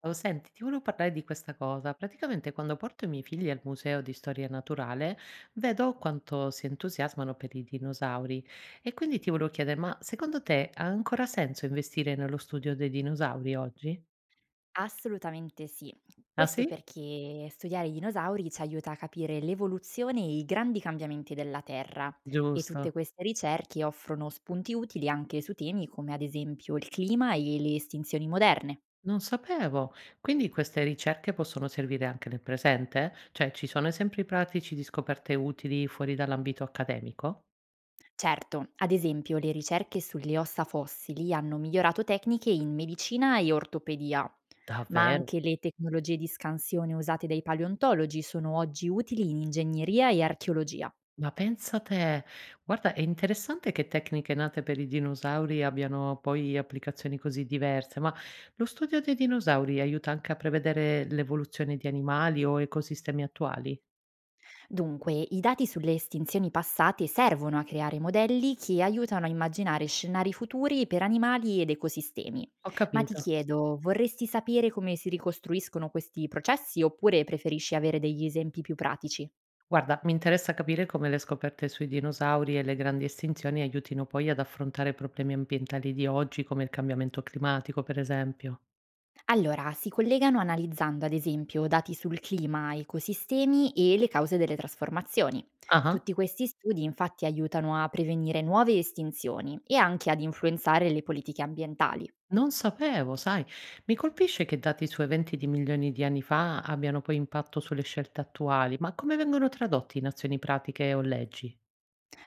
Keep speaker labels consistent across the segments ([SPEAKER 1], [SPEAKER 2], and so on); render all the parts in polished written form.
[SPEAKER 1] Ciao, senti, ti volevo parlare di questa cosa. Praticamente quando porto i miei figli al museo di storia naturale, vedo quanto si entusiasmano per i dinosauri e quindi ti volevo chiedere, ma secondo te ha ancora senso investire nello studio dei dinosauri oggi?
[SPEAKER 2] Assolutamente sì.
[SPEAKER 1] Ah
[SPEAKER 2] Questo
[SPEAKER 1] sì?
[SPEAKER 2] perché studiare i dinosauri ci aiuta a capire l'evoluzione e i grandi cambiamenti della Terra e
[SPEAKER 1] Giusto.
[SPEAKER 2] tutte queste ricerche offrono spunti utili anche su temi come ad esempio il clima e le estinzioni moderne.
[SPEAKER 1] Non sapevo. Quindi queste ricerche possono servire anche nel presente? Cioè, ci sono esempi pratici di scoperte utili fuori dall'ambito accademico?
[SPEAKER 2] Certo, ad esempio le ricerche sulle ossa fossili hanno migliorato tecniche in medicina e ortopedia, ma
[SPEAKER 1] Davvero?
[SPEAKER 2] anche le tecnologie di scansione usate dai paleontologi sono oggi utili in ingegneria e archeologia.
[SPEAKER 1] Ma pensa te. Guarda, è interessante che tecniche nate per i dinosauri abbiano poi applicazioni così diverse, ma lo studio dei dinosauri aiuta anche a prevedere l'evoluzione di animali o ecosistemi attuali?
[SPEAKER 2] Dunque, i dati sulle estinzioni passate servono a creare modelli che aiutano a immaginare scenari futuri per animali ed ecosistemi.
[SPEAKER 1] Ho
[SPEAKER 2] Ma ti
[SPEAKER 1] capito.
[SPEAKER 2] chiedo, vorresti sapere come si ricostruiscono questi processi oppure preferisci avere degli esempi più pratici?
[SPEAKER 1] Guarda, mi interessa capire come le scoperte sui dinosauri e le grandi estinzioni aiutino poi ad affrontare problemi ambientali di oggi, come il cambiamento climatico, per esempio.
[SPEAKER 2] Allora, si collegano analizzando ad esempio dati sul clima, ecosistemi e le cause delle trasformazioni.
[SPEAKER 1] Ah.
[SPEAKER 2] Tutti questi studi infatti aiutano a prevenire nuove estinzioni e anche ad influenzare le politiche ambientali.
[SPEAKER 1] Non sapevo, sai. Mi colpisce che dati su eventi di milioni di anni fa abbiano poi impatto sulle scelte attuali, ma come vengono tradotti in azioni pratiche o leggi?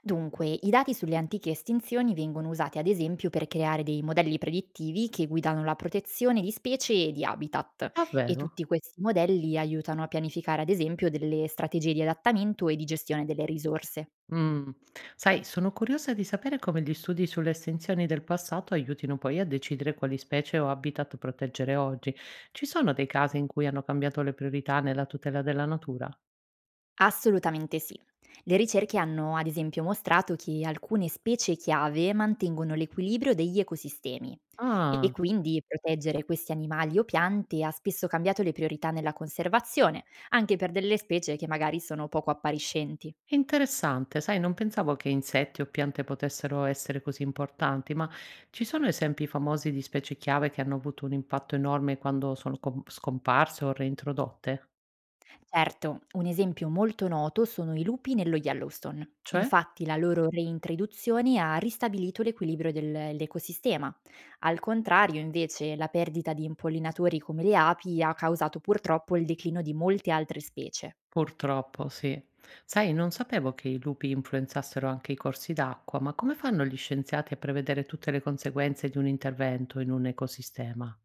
[SPEAKER 2] Dunque, i dati sulle antiche estinzioni vengono usati ad esempio per creare dei modelli predittivi che guidano la protezione di specie e di habitat, e
[SPEAKER 1] Davvero?
[SPEAKER 2] tutti questi modelli aiutano a pianificare ad esempio delle strategie di adattamento e di gestione delle risorse.
[SPEAKER 1] Mm. Sai, sono curiosa di sapere come gli studi sulle estinzioni del passato aiutino poi a decidere quali specie o habitat proteggere oggi. Ci sono dei casi in cui hanno cambiato le priorità nella tutela della natura?
[SPEAKER 2] Assolutamente sì. Le ricerche hanno ad esempio mostrato che alcune specie chiave mantengono l'equilibrio degli ecosistemi, e
[SPEAKER 1] Ah.
[SPEAKER 2] quindi proteggere questi animali o piante ha spesso cambiato le priorità nella conservazione, anche per delle specie che magari sono poco appariscenti.
[SPEAKER 1] È interessante, sai, non pensavo che insetti o piante potessero essere così importanti, ma ci sono esempi famosi di specie chiave che hanno avuto un impatto enorme quando sono scomparse o reintrodotte?
[SPEAKER 2] Certo, un esempio molto noto sono i lupi nello Yellowstone.
[SPEAKER 1] Cioè?
[SPEAKER 2] Infatti la loro reintroduzione ha ristabilito l'equilibrio dell'ecosistema. Al contrario, invece, la perdita di impollinatori come le api ha causato purtroppo il declino di molte altre specie.
[SPEAKER 1] Purtroppo, sì. Sai, non sapevo che i lupi influenzassero anche i corsi d'acqua, ma come fanno gli scienziati a prevedere tutte le conseguenze di un intervento in un ecosistema?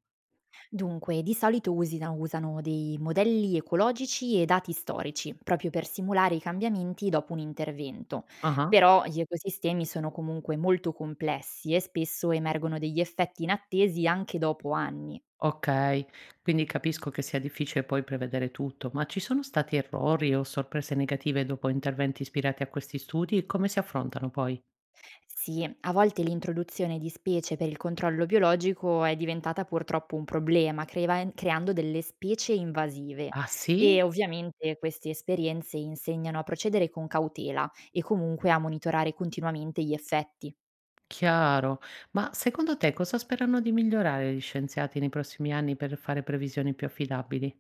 [SPEAKER 2] Dunque, di solito usano dei modelli ecologici e dati storici, proprio per simulare i cambiamenti dopo un intervento.
[SPEAKER 1] Ah.
[SPEAKER 2] Però gli ecosistemi sono comunque molto complessi e spesso emergono degli effetti inattesi anche dopo anni.
[SPEAKER 1] Okay, quindi capisco che sia difficile poi prevedere tutto, ma ci sono stati errori o sorprese negative dopo interventi ispirati a questi studi? Come si affrontano poi?
[SPEAKER 2] Sì, a volte l'introduzione di specie per il controllo biologico è diventata purtroppo un problema, creando delle specie invasive,
[SPEAKER 1] Ah
[SPEAKER 2] e
[SPEAKER 1] sì?
[SPEAKER 2] ovviamente queste esperienze insegnano a procedere con cautela e comunque a monitorare continuamente gli effetti.
[SPEAKER 1] Chiaro. Ma secondo te cosa sperano di migliorare gli scienziati nei prossimi anni per fare previsioni più affidabili?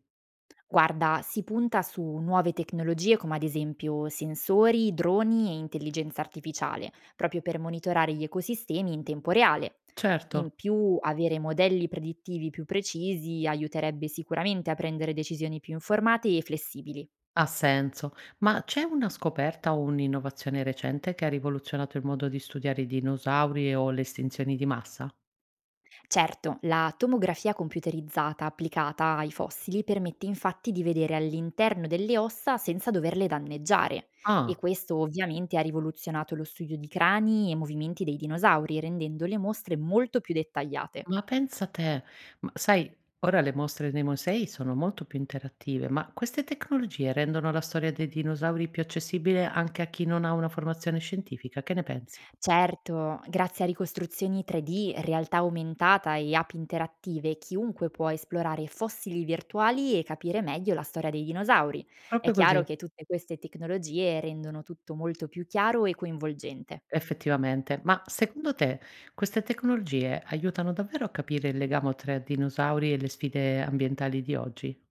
[SPEAKER 2] Guarda, si punta su nuove tecnologie come ad esempio sensori, droni e intelligenza artificiale, proprio per monitorare gli ecosistemi in tempo reale.
[SPEAKER 1] Certo,
[SPEAKER 2] In più, avere modelli predittivi più precisi aiuterebbe sicuramente a prendere decisioni più informate e flessibili.
[SPEAKER 1] ha senso. Ma c'è una scoperta o un'innovazione recente che ha rivoluzionato il modo di studiare i dinosauri o le estinzioni di massa?
[SPEAKER 2] Certo, la tomografia computerizzata applicata ai fossili permette infatti di vedere all'interno delle ossa senza doverle danneggiare, e
[SPEAKER 1] Ah.
[SPEAKER 2] questo ovviamente ha rivoluzionato lo studio di crani e movimenti dei dinosauri, rendendo le mostre molto più dettagliate.
[SPEAKER 1] Ma pensa te, ma sai, ora le mostre nei musei sono molto più interattive, ma queste tecnologie rendono la storia dei dinosauri più accessibile anche a chi non ha una formazione scientifica, che ne pensi?
[SPEAKER 2] Certo, grazie a ricostruzioni 3D, realtà aumentata e app interattive, chiunque può esplorare fossili virtuali e capire meglio la storia dei dinosauri. È
[SPEAKER 1] Proprio
[SPEAKER 2] chiaro
[SPEAKER 1] così,
[SPEAKER 2] che tutte queste tecnologie rendono tutto molto più chiaro e coinvolgente.
[SPEAKER 1] effettivamente. Ma secondo te queste tecnologie aiutano davvero a capire il legame tra dinosauri e le sfide ambientali di oggi?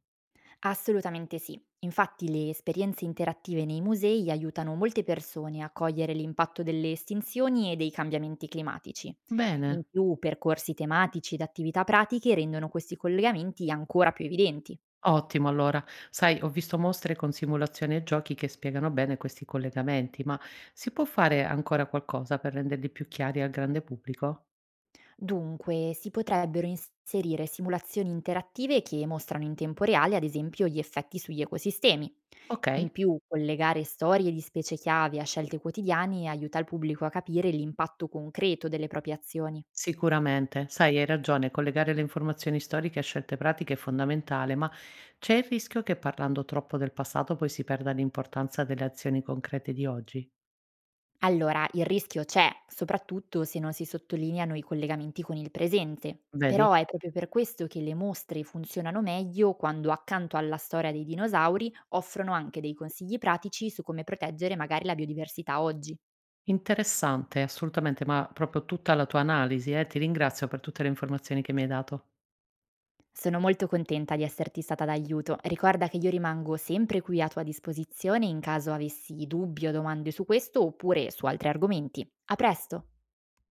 [SPEAKER 2] Assolutamente sì. Infatti le esperienze interattive nei musei aiutano molte persone a cogliere l'impatto delle estinzioni e dei cambiamenti climatici.
[SPEAKER 1] Bene.
[SPEAKER 2] In più, percorsi tematici ed attività pratiche rendono questi collegamenti ancora più evidenti.
[SPEAKER 1] Ottimo allora. Sai, ho visto mostre con simulazioni e giochi che spiegano bene questi collegamenti, ma si può fare ancora qualcosa per renderli più chiari al grande pubblico?
[SPEAKER 2] Dunque, si potrebbero inserire simulazioni interattive che mostrano in tempo reale, ad esempio, gli effetti sugli ecosistemi.
[SPEAKER 1] Ok,
[SPEAKER 2] In più, collegare storie di specie chiave a scelte quotidiane aiuta il pubblico a capire l'impatto concreto delle proprie azioni.
[SPEAKER 1] sicuramente. Sai, hai ragione, collegare le informazioni storiche a scelte pratiche è fondamentale, ma c'è il rischio che parlando troppo del passato poi si perda l'importanza delle azioni concrete di oggi.
[SPEAKER 2] Allora, il rischio c'è, soprattutto se non si sottolineano i collegamenti con il presente.
[SPEAKER 1] Vedi?
[SPEAKER 2] Però è proprio per questo che le mostre funzionano meglio quando accanto alla storia dei dinosauri offrono anche dei consigli pratici su come proteggere magari la biodiversità oggi.
[SPEAKER 1] Interessante, assolutamente, ma proprio tutta la tua analisi, eh. Ti ringrazio per tutte le informazioni che mi hai dato.
[SPEAKER 2] Sono molto contenta di esserti stata d'aiuto. Ricorda che io rimango sempre qui a tua disposizione in caso avessi dubbi o domande su questo oppure su altri argomenti. A presto!